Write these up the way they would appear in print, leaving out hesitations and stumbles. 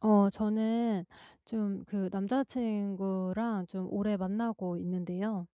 저는 좀 그 남자친구랑 좀 오래 만나고 있는데요.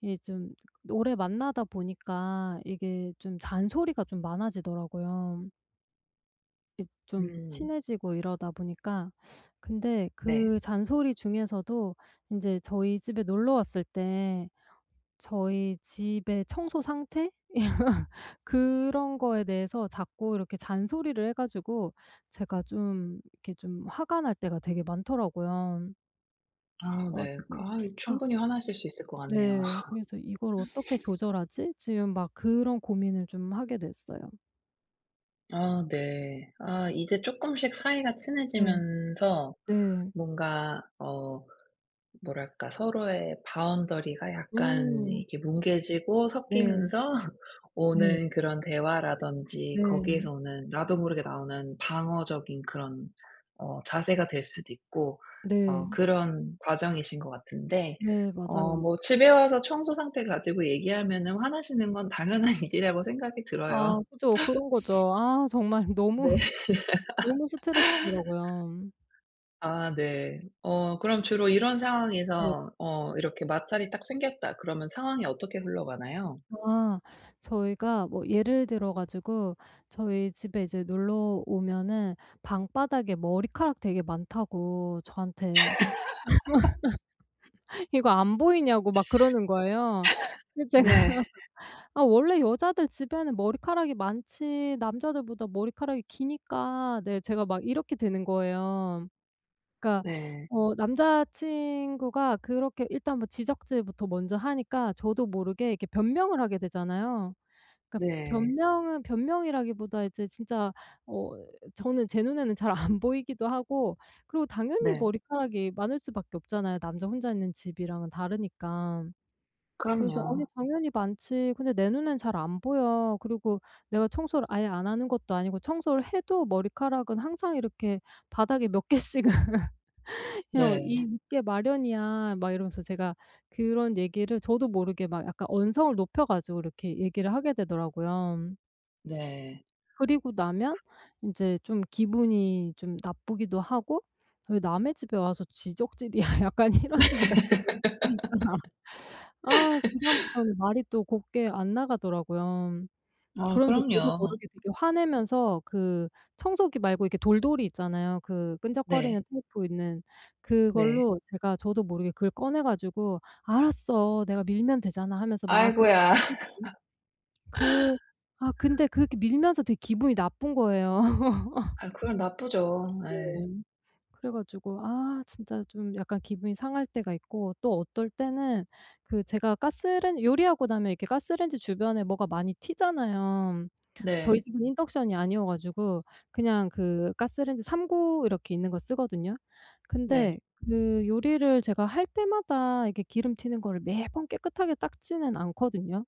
이게 좀 오래 만나다 보니까 이게 좀 잔소리가 좀 많아지더라고요. 이 좀 음. 친해지고 이러다 보니까. 근데 네. 그 잔소리 중에서도 이제 저희 집에 놀러 왔을 때 저희 집의 청소 상태? 그런 거에 대해서 자꾸 이렇게 잔소리를 해 가지고 제가 좀 이렇게 좀 화가 날 때가 되게 많더라고요. 아 그래 네. 그 가지고 아 아 충분히 화나실 수 있을 것 같네요. 네. 그래서 '이걸 어떻게 조절하지?' 지금 막 그런 고민을 좀 하게 됐어요. 아 네. 아 이제 조금씩 사이가 네. 친해지면서 네. 뭔가 어 뭐랄까 서로의 바운더리가 약간 음. 이렇게 뭉개지고 네. 섞이면서 네. 오는 그런 대화라든지 네. 거기에서 오는 나도 모르게 나오는 방어적인 그런 어 자세가 될 수도 있고 어 네. 그런 과정이신 것 같은데 네. 어 맞아요. 뭐 집에 와서 청소 상태 가지고 얘기하면은 화나시는 건 당연한 일이라고 생각이 아 들어요. 그죠. 그런 거죠. 아 정말 너무, 네. 너무 스트레스더라고요. 아 네. 어 그럼 주로 이런 네. 상황에서 어 이렇게 마찰이 딱 생겼다 그러면 상황이 어떻게 흘러가나요? 아 저희가 뭐 예를 들어 가지고 저희 집에 이제 놀러 오면은 방바닥에 머리카락 되게 많다고 저한테 "이거 안 보이냐."고 막 그러는 거예요. 근데 제가 네. "아 원래 여자들 집에는 머리카락이 많지 남자들보다 머리카락이 기니까." 네 제가 막 이렇게 되는 거예요. 그러니까 네. 어 남자 친구가 그렇게 일단 뭐 지적질부터 먼저 하니까 저도 모르게 이렇게 변명을 하게 되잖아요. 그러니까 네. 변명은 변명이라기보다 이제 진짜 어 저는 제 눈에는 잘 안 보이기도 하고, 그리고 당연히 네. 머리카락이 많을 수밖에 없잖아요, 남자 혼자 있는 집이랑은 다르니까. 그래서 "아니 그럼요. 당연히 많지. 근데 내 눈엔 잘 안 보여." 그리고 내가 청소를 아예 안 하는 것도 아니고 청소를 해도 머리카락은 항상 이렇게 바닥에 몇 개씩은 그냥 네. 이 있게 마련이야. 막 이러면서 제가 그런 얘기를 저도 모르게 막 약간 언성을 높여 가지고 이렇게 얘기를 하게 되더라고요. 네. 그리고 나면 인제 좀 기분이 좀 나쁘기도 하고, '왜 남의 집에 와서 지적질이야.' 약간 이런 생각이 먼저 드니까 아 그다음부터는 말이 또 곱게 안 나가더라고요. 아 그러면서 저도 그럼요. 모르게 되게 화내면서 그 청소기 말고 이렇게 돌돌이 있잖아요. 그 네. 끈적거리는 테이프 있는 네. 그걸로 제가 저도 모르게 그걸 꺼내 가지고 "알았어. 내가 밀면 되잖아." 하면서 막 그 아이고야. 그 아 근데 그렇게 밀면서 되게 기분이 나쁜 거예요. 아 그건 나쁘죠. 예. 네. 그래 가지고 아 진짜 좀 약간 기분이 상할 때가 있고 또 어떨 때는 그 제가 가스렌 요리하고 나면 이렇게 가스레인지 주변에 뭐가 많이 튀잖아요. 저희 네. 집은 인덕션이 아니어 가지고 그냥 그 가스레인지 3구 이렇게 있는 거 쓰거든요. 근데 네. 그 요리를 제가 할 때마다 이렇게 기름 튀는 거를 매번 깨끗하게 닦지는 않거든요.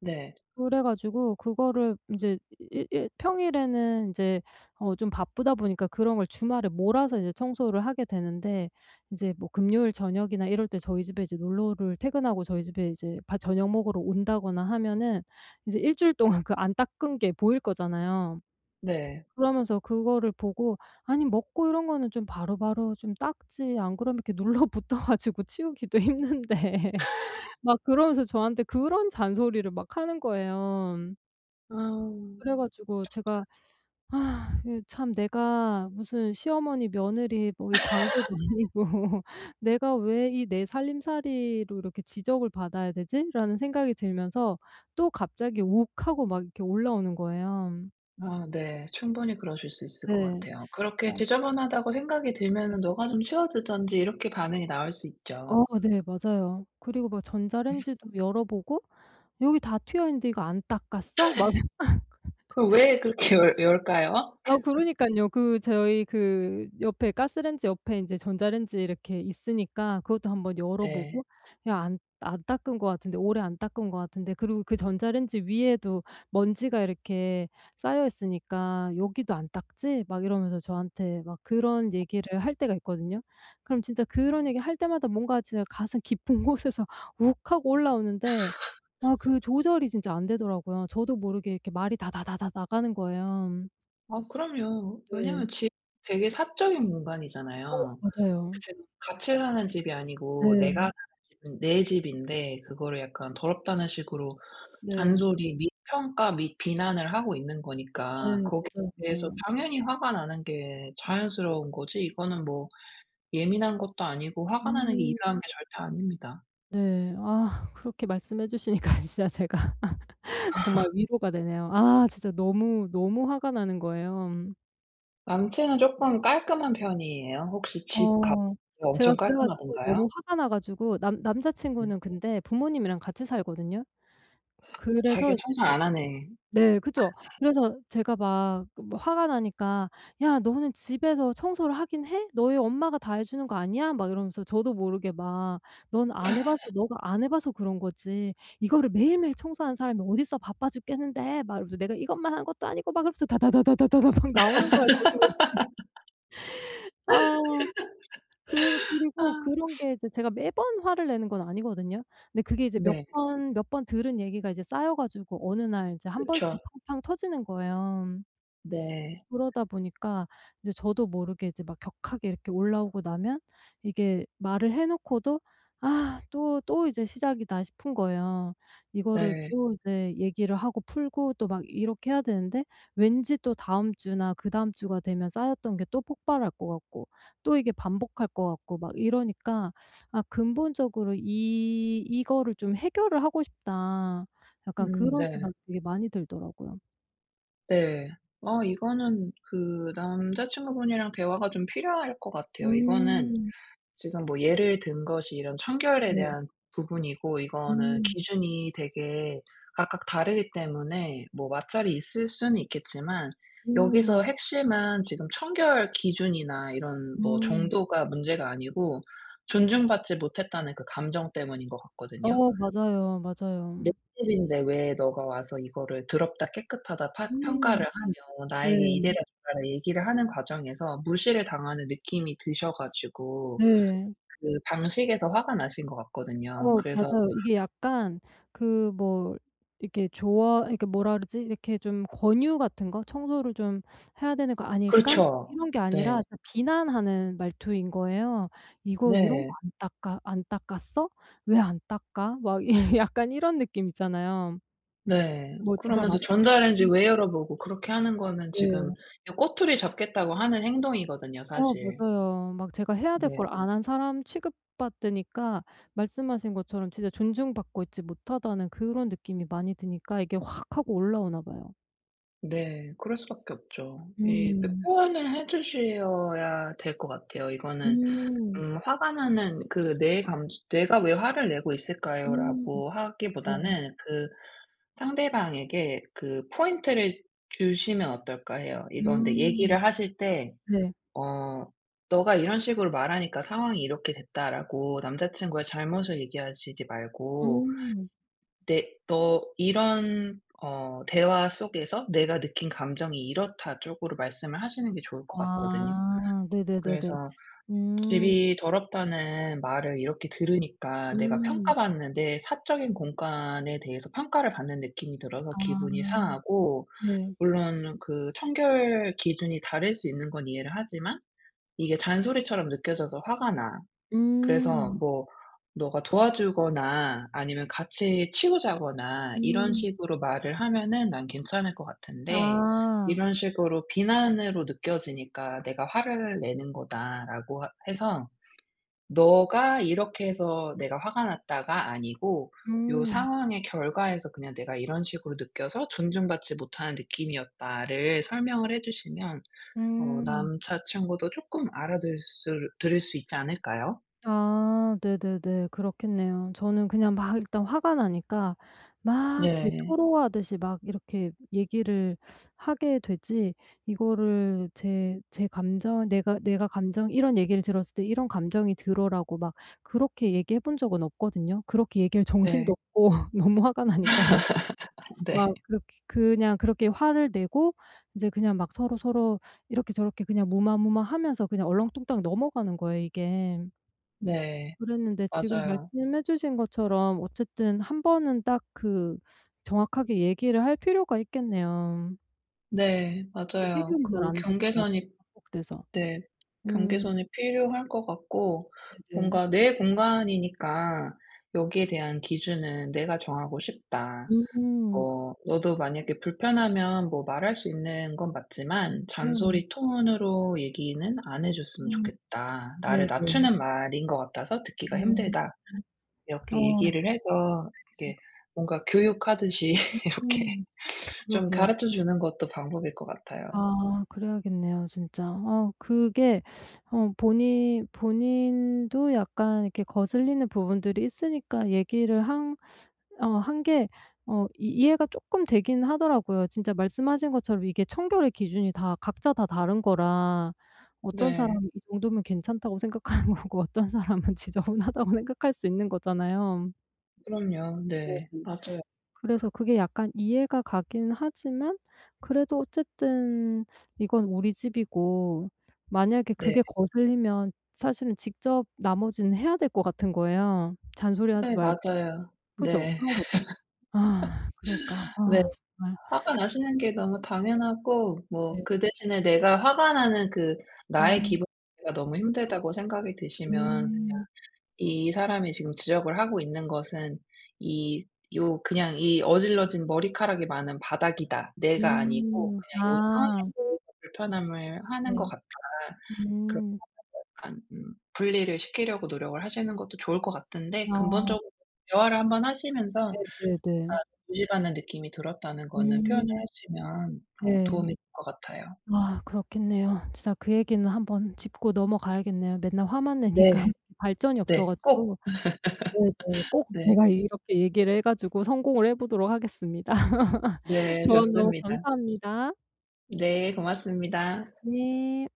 네. 그래 가지고 그거를 이제 일 일 평일에는 이제 좀 바쁘다 보니까 그런 걸 주말에 몰아서 이제 청소를 하게 되는데 이제 뭐 금요일 저녁이나 이럴 때 저희 집에 이제 놀러를 퇴근하고 저희 집에 이제 저녁 먹으러 온다거나 하면은 이제 일 주일 동안 그 안 닦은 게 보일 거잖아요. 네. 그러면서 그거를 보고 '아니 먹고 이런 거는 좀 바로바로 좀 닦지 안 그러면 이렇게 눌러붙어 가지고 치우기도 힘든데.' 막 그러면서 저한테 그런 잔소리를 막 하는 거예요. 아. 그래 가지고 제가 아 이참 내가 무슨 시어머니 며느리 뭐 이 광고도 아니고 '내가 왜 이 내 살림살이로 이렇게 지적을 받아야 되지?'라는 생각이 들면서 또 갑자기 욱하고 막 이렇게 올라오는 거예요. 아 네. 충분히 그러실 수 있을 것 네. 같아요. 그렇게 어, 지저분하다고 생각이 네. 들면은 "너가 좀 치워주든지." 이렇게 반응이 나올 수 있죠. 어 네 맞아요. 그리고 막 전자레인지도 열어 보고 "여기 다 튀어 있는데 이거 안 닦았어?" 막 그럼 왜 그렇게 열 열까요? 아 그러니깐요. 그 저희 그 옆에 가스레인지 옆에 인제 전자레인지 이렇게 있으니까 그것도 한번 열어 네. 보고 '야 안 닦은 것 같은데 오래 안 닦은 것 같은데.' 그리고 그 전자레인지 위에도 먼지가 이렇게 쌓여 있으니까 '여기도 안 닦지?' 막 이러면서 저한테 막 그런 얘기를 할 때가 있거든요. 그럼 진짜 그런 얘기 할 때마다 뭔가 진짜 가슴 깊은 곳에서 욱 하고 올라오는데 아 그 조절이 진짜 안 되더라고요. 저도 모르게 이렇게 말이 다다다다 나가는 거예요. 아 그럼요. 네. 왜냐면 집이 되게 사적인 어 공간이잖아요. 맞아요. 그치. 같이 사는 집이 아니고 내가 네. 사는 집은 내 집인데 그거를 약간 더럽다는 식으로 네. 잔소리 및 평가 및 비난을 하고 있는 거니까 네. 거기에 맞아요, 대해서 맞아요. 당연히 화가 나는 게 자연스러운 거지 이거는 뭐 예민한 것도 아니고 화가 나는 게 음 이상한 게 절대 아닙니다. 네. 아 그렇게 말씀해 주시니까 진짜 제가 정말 위로가 되네요. 아 진짜 너무, 너무 화가 나는 거예요. 남친은 쪼끔 깔끔한 편이에요? 혹시 집 가 어 제가 엄청 그래 가지고 너무 깔끔하던가요? 화가 나 가지고 남 남자 네. 친구는 근데 부모님이랑 같이 살거든요. 자기가 그래서 청소 안 하네. 네 그죠. 그래서 제가 막 그 뭐 화가 나니까 "야 너는 집에서 청소를 하긴 해? 너희 엄마가 다 해 주는 거 아니야?" 막 이러면서 저도 모르게 막 "넌 안 해 봐서 너가 안 해 봐서 그런 거지. 이거를 매일매일 청소하는 사람이 어딨어 바빠 죽겠는데." 막 이러면서 "내가 이것만 한 것도 아니고." 막 이러면서 다다다다다다다 막 나오는 거예요 저도. 아 그 그리고 아 그런 게 이제 제가 매번 화를 내는 건 아니거든요. 근데 그게 이제 몇 네. 번 몇 번 들은 얘기가 이제 쌓여 가지고 어느 날 이제 한 번씩 그쵸. 팡팡 터지는 거예요. 네. 그러다 보니까 이제 저도 모르게 이제 막 격하게 이렇게 올라오고 나면 이게 말을 해 놓고도 '아 또 이제 시작이다.' 싶은 거예요. 이거를 네. 또 이제 얘기를 하고 풀고 또 막 이렇게 해야 되는데 왠지 또 다음 주나 그다음 주가 되면 쌓였던 게 또 폭발할 것 같고 또 이게 반복할 것 같고 막 이러니까 아 근본적으로 이 '이거를 좀 해결을 하고 싶다.' 약간 그런 네. 생각이 되게 많이 들더라고요. 네. 어 이거는 그 남자친구분이랑 대화가 좀 필요할 것 같아요. 이거는 음. 지금 뭐 예를 든 것이 이런 청결에 네. 대한 부분이고 이거는 음. 기준이 되게 각각 다르기 때문에 뭐 마찰이 있을 수는 있겠지만 음. 여기서 핵심은 지금 청결 기준이나 이런 뭐 음. 정도가 문제가 아니고 존중받지 못했다는 그 감정 때문인 것 같거든요. 어 맞아요, 내 맞아요. 집인데 왜 너가 와서 이거를 더럽다 깨끗하다 파 음. 평가를 하며 나에게 네. 이래라 저래라 얘기를 하는 과정에서 무시를 당하는 느낌이 드셔 가지고 네. 그 방식에서 화가 나신 것 같거든요. 어 그래서 맞아요. 이게 약간 그 뭐 이렇게 조언 그러니까 뭐라 그러지? 이렇게 좀 권유 같은 거 '청소를 좀 해야 되는 거 아닐까?' 뭐 그렇죠. 이런 게 아니라 네. 진짜 비난하는 말투인 거예요. "이거 이런 거 네. 안 닦아 안 닦았어? 왜 안 닦아?" 막 이 약간 이런 느낌 있잖아요. 네. 뭐 제가 그러면서 마치 전자레인지 왜 닦 열어보고 그렇게 하는 거는 지금 네. 꼬투리 잡겠다고 하는 행동이거든요 어 사실. 맞아요. 막 제가 해야 될 네. 걸 안 한 사람 취급받으니까 말씀하신 것처럼 진짜 존중받고 있지 못하다는 그런 느낌이 많이 드니까 이게 확 하고 올라오나 봐요. 네. 그럴 수밖에 없죠. 이 표 음. 표현을 해 주셔야 될 것 같아요. 이거는 음. 화가 나는 그 내 감 '내가 왜 화를 내고 음. 있을까요?'라고 네. 하기보다는 그 상대방에게 그 포인트를 주시면 어떨까 해요. 이건 근데 음. 얘기를 하실 때 네. 어 "너가 이런 식으로 말하니까 상황이 이렇게 됐다."라고 남자친구의 잘못을 얘기하시지 말고 음. "내 너 이런 어 대화 속에서 내가 느낀 감정이 이렇다." 쪽으로 말씀을 하시는 게 좋을 것 같거든요. 아. 네네네네. 그래서 음. 집이 더럽다는 말을 이렇게 들으니까 내가 음. 평가받는 데 사적인 공간에 대해서 평가를 받는 느낌이 들어서 기분이 아. 상하고 네. 물론 그 청결 기준이 다를 수 있는 건 이해를 하지만 이게 잔소리처럼 느껴져서 화가 나. 그래서 음. 뭐 너가 도와주거나 아니면 같이 치우자거나 이런 음. 식으로 말을 하면은 난 괜찮을 것 같은데 아. 이런 식으로 비난으로 느껴지니까 '내가 화를 내는 거다.'라고 하 해서 너가 이렇게 해서 내가 화가 났다가 아니고 요 음. 상황의 결과에서 그냥 내가 이런 식으로 느껴서 존중받지 못하는 느낌이었다를 설명을 해 주시면 어 음. 남자친구도 조금 알아들 수 들을 수 있지 않을까요? 아 네네네. 그렇겠네요. 저는 그냥 막 일단 화가 나니까 막 이게 네. 토로하듯이 막 이렇게 얘기를 하게 되지, 이거를 제 감정 "내가 감정 이런 얘기를 들었을 때 이런 감정이 들어."라고 막 그렇게 얘기해 본 적은 없거든요. 그렇게 얘기할 정신도 네. 없고 너무 화가 나니까 네. 막 그렇게 그냥 그렇게 화를 내고 인제 그냥 막 서로서로 이렇게 저렇게 그냥 무마무마하면서 그냥 얼렁뚱땅 넘어가는 거예요 이게. 네. 그랬는데 지금 맞아요. 말씀해 주신 것처럼 어쨌든 한 번은 딱 그 정확하게 얘기를 할 필요가 있겠네요. 네. 이게 맞아요. 해결이 잘 그 안 되니까 경계선이 계속 반복돼서. 네. 음 경계선이 필요할 것 같고 네네. 뭔가 내 공간이니까 여기에 대한 기준은 내가 정하고 싶다. 음. 뭐 너도 만약에 불편하면 뭐 말할 수 있는 건 맞지만 음. 잔소리 톤으로 얘기는 안 해 줬으면 음. 좋겠다. 나를 네네. 낮추는 말인 것 같아서 듣기가 음. 힘들다. 이렇게 어. 얘기를 해서 이렇게 뭔가 교육하듯이 이렇게 음. 좀 그러게요. 가르쳐 주는 것도 방법일 것 같아요. 아 그래야겠네요 진짜. 어 그게 어 본인도 약간 이렇게 거슬리는 부분들이 있으니까 얘기를 한 한 게 어 이 이해가 조금 되긴 하더라고요. 진짜 말씀하신 것처럼 이게 청결의 기준이 다 각자 다 다른 거라 어떤 네. 사람은 이 정도면 괜찮다고 생각하는 거고 어떤 사람은 지저분하다고 생각할 수 있는 거잖아요. 그럼요. 네. 네네. 맞아요. 그래서 그게 약간 이해가 가긴 하지만 그래도 어쨌든 이건 우리 집이고, 만약에 네. 그게 거슬리면 사실은 직접 나머지는 해야 될 것 같은 거예요. 잔소리하지 네 말고. 맞아요. 그죠? 네. 그런 거죠. 아 그러니까. 네. 아 정말. 화가 나시는 게 너무 당연하고 뭐 네. 그 대신에 내가 화가 나는 그 나의 음. 기분 자체가 너무 힘들다고 생각이 드시면 음. 이 사람이 지금 지적을 하고 있는 것은 이 요 그냥 이 어질러진 머리카락이 많은 바닥이다. 내가 아니고 음. 그냥 요 아 상황에서 불편함을 하는 것 네. 같다. 그렇게 음. 약간 분리를 시키려고 노력을 하시는 것도 좋을 것 같은데 아 근본적으로 대화를 한번 하시면서 네네네. 무시받는 느낌이 들었다는 거는 표현을 음. 하시면 어 네. 도움이 될 것 같아요. 아 그렇겠네요. 진짜 그 얘기는 한번 짚고 넘어가야겠네요. 맨날 화만 내니까 네. 발전이 없어 네. 꼭. 가지고 네네. 꼭 네. 제가 이렇게 얘기를 해 가지고 성공을 해 보도록 하겠습니다. 네. 조언 너무 좋습니다. 감사합니다. 네. 고맙습니다. 네.